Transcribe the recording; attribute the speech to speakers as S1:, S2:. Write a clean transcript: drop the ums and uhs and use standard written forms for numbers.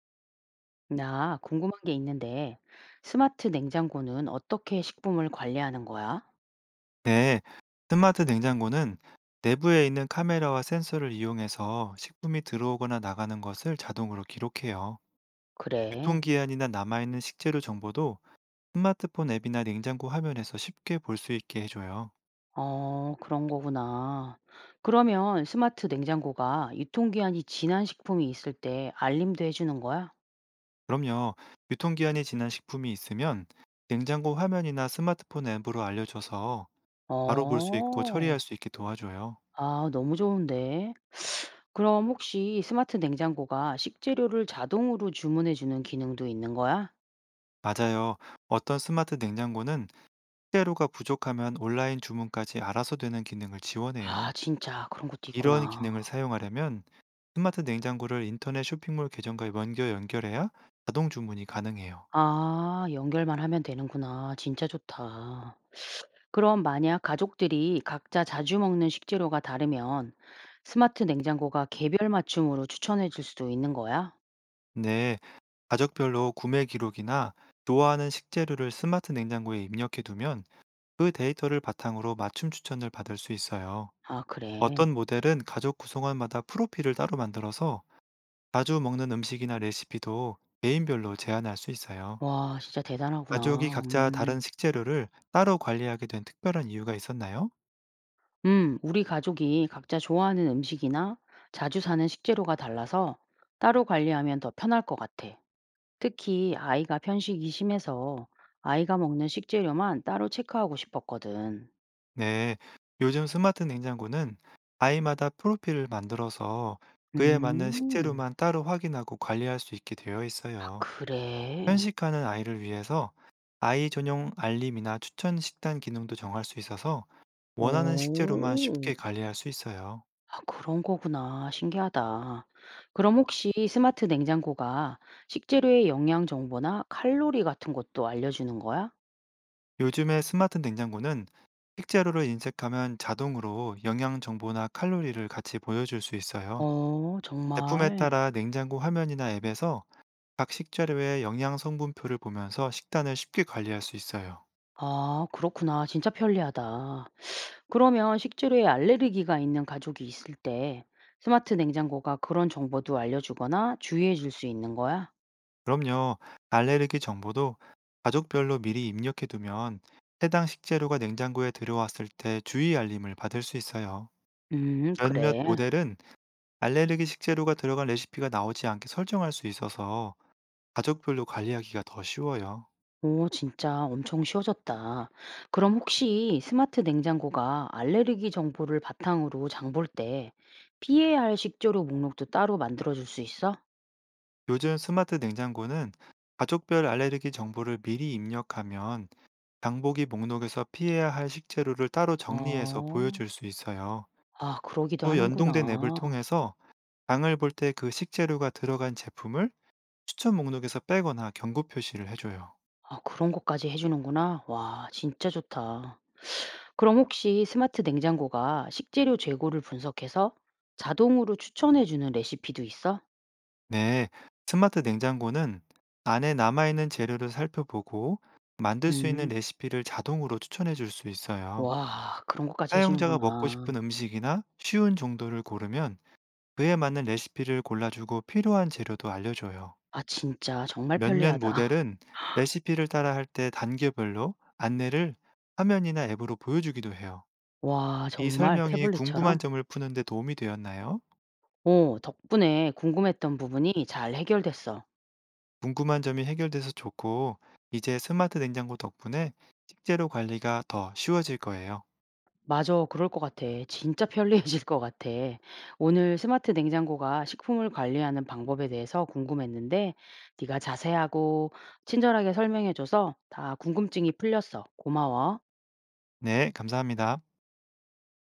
S1: 나 궁금한 게 있는데, 스마트 냉장고는 어떻게 식품을 관리하는 거야?
S2: 네, 스마트 냉장고는 내부에 있는 카메라와 센서를 이용해서 식품이 들어오거나 나가는 것을 자동으로 기록해요.
S1: 그래.
S2: 유통기한이나 남아있는 식재료 정보도 스마트폰 앱이나 냉장고 화면에서 쉽게 볼 수 있게 해줘요.
S1: 어, 그런 거구나. 그러면 스마트 냉장고가 유통기한이 지난 식품이 있을 때 알림도 해주는 거야?
S2: 그럼요, 유통기한이 지난 식품이 있으면 냉장고 화면이나 스마트폰 앱으로 알려줘서 바로 볼 수 있고
S1: 어,
S2: 처리할 수 있게 도와줘요.
S1: 아, 너무 좋은데. 그럼 혹시 스마트 냉장고가 식재료를 자동으로 주문해 주는 기능도 있는 거야?
S2: 맞아요. 어떤 스마트 냉장고는 식재료가 부족하면 온라인 주문까지 알아서 되는 기능을 지원해요.
S1: 아, 진짜 그런 것도
S2: 이런 기능을
S1: 있구나.
S2: 사용하려면 스마트 냉장고를 인터넷 쇼핑몰 계정과 먼저 연결해야 자동 주문이 가능해요.
S1: 아, 연결만 하면 되는구나. 진짜 좋다. 그럼 만약 가족들이 각자 자주 먹는 식재료가 다르면 스마트 냉장고가 개별 맞춤으로 추천해 줄 수도 있는 거야?
S2: 네, 가족별로 구매 기록이나 좋아하는 식재료를 스마트 냉장고에 입력해 두면 그 데이터를 바탕으로 맞춤 추천을 받을 수 있어요.
S1: 아, 그래.
S2: 어떤 모델은 가족 구성원마다 프로필을 따로 만들어서 자주 먹는 음식이나 레시피도 개인별로 제한할 수 있어요.
S1: 와, 진짜
S2: 가족이
S1: 대단하구나.
S2: 각자
S1: 음.
S2: 다른 식재료를 따로 관리하게 된 특별한 이유가 있었나요?
S1: 우리 가족이 각자 좋아하는 음식이나 자주 사는 식재료가 달라서 따로 관리하면 더 편할 것 같아. 특히 아이가 편식이 심해서 아이가 먹는 식재료만 따로 체크하고 싶었거든.
S2: 네, 요즘 스마트 냉장고는 아이마다 프로필을 만들어서 그에 맞는
S1: 음,
S2: 식재료만 따로 확인하고 관리할 수 있게 되어
S1: 아,
S2: 있어요.
S1: 그래.
S2: 편식하는 아이를 위해서 아이 전용 알림이나 추천 식단 기능도 정할 수 있어서 원하는 식재료만
S1: 오.
S2: 쉽게 관리할 수 있어요.
S1: 아 그런 거구나. 신기하다. 그럼 혹시 스마트 냉장고가 식재료의 영양 정보나 칼로리 같은 것도 알려주는 거야?
S2: 요즘의 스마트 냉장고는 식재료를 인식하면 자동으로 영양 정보나 칼로리를 같이 보여줄 수 있어요.
S1: 어,
S2: 제품에
S1: 정말?
S2: 따라 냉장고 화면이나 앱에서 각 식재료의 영양 성분표를 보면서 식단을 쉽게 관리할 수 있어요.
S1: 아, 그렇구나. 진짜 편리하다. 그러면 식재료에 알레르기가 있는 가족이 있을 때 스마트 냉장고가 그런 정보도 알려주거나 주의해 줄 수 있는 거야?
S2: 그럼요. 알레르기 정보도 가족별로 미리 입력해 두면 해당 식재료가 냉장고에 들어왔을 때 주의 알림을 받을 수 있어요. 몇몇
S1: 그래.
S2: 모델은 알레르기 식재료가 들어간 레시피가 나오지 않게 설정할 수 있어서 가족별로 관리하기가 더 쉬워요.
S1: 오, 진짜 엄청 쉬워졌다. 그럼 혹시 스마트 냉장고가 알레르기 정보를 바탕으로 장볼 때 피해야 할 식재료 목록도 따로 만들어줄 수 있어?
S2: 요즘 스마트 냉장고는 가족별 알레르기 정보를 미리 입력하면 장보기 목록에서 피해야 할 식재료를 따로 정리해서
S1: 어,
S2: 보여줄 수 있어요.
S1: 아, 그러기도
S2: 또 연동된 앱을
S1: 하는구나.
S2: 통해서 장을 볼 때 그 식재료가 들어간 제품을 추천 목록에서 빼거나 경고 표시를 해줘요.
S1: 아, 그런 것까지 해주는구나. 와, 진짜 좋다. 그럼 혹시 스마트 냉장고가 식재료 재고를 분석해서 자동으로 추천해주는 레시피도 있어?
S2: 네, 스마트 냉장고는 안에 남아있는 재료를 살펴보고 만들 수 있는
S1: 음,
S2: 레시피를 자동으로 추천해 줄 수 있어요.
S1: 와, 그런 것까지
S2: 사용자가 먹고 싶은
S1: 해주는구나.
S2: 음식이나 쉬운 정도를 고르면 그에 맞는 레시피를 골라주고 필요한 재료도 알려줘요.
S1: 아, 진짜 정말
S2: 몇몇
S1: 편리하다.
S2: 모델은 레시피를 따라할 때 단계별로 안내를 화면이나 앱으로 보여주기도 해요.
S1: 와
S2: 이
S1: 정말
S2: 설명이 궁금한
S1: 태블릿처럼?
S2: 점을 푸는 데 도움이 되었나요?
S1: 어 덕분에 궁금했던 부분이 잘 해결됐어.
S2: 궁금한 점이 해결돼서 좋고, 이제 스마트 냉장고 덕분에 식재료 관리가 더 쉬워질 거예요.
S1: 맞아. 그럴 것 같아. 진짜 편리해질 것 같아. 오늘 스마트 냉장고가 식품을 관리하는 방법에 대해서 궁금했는데 네가 자세하고 친절하게 설명해 줘서 다 궁금증이 풀렸어. 고마워.
S2: 네, 감사합니다.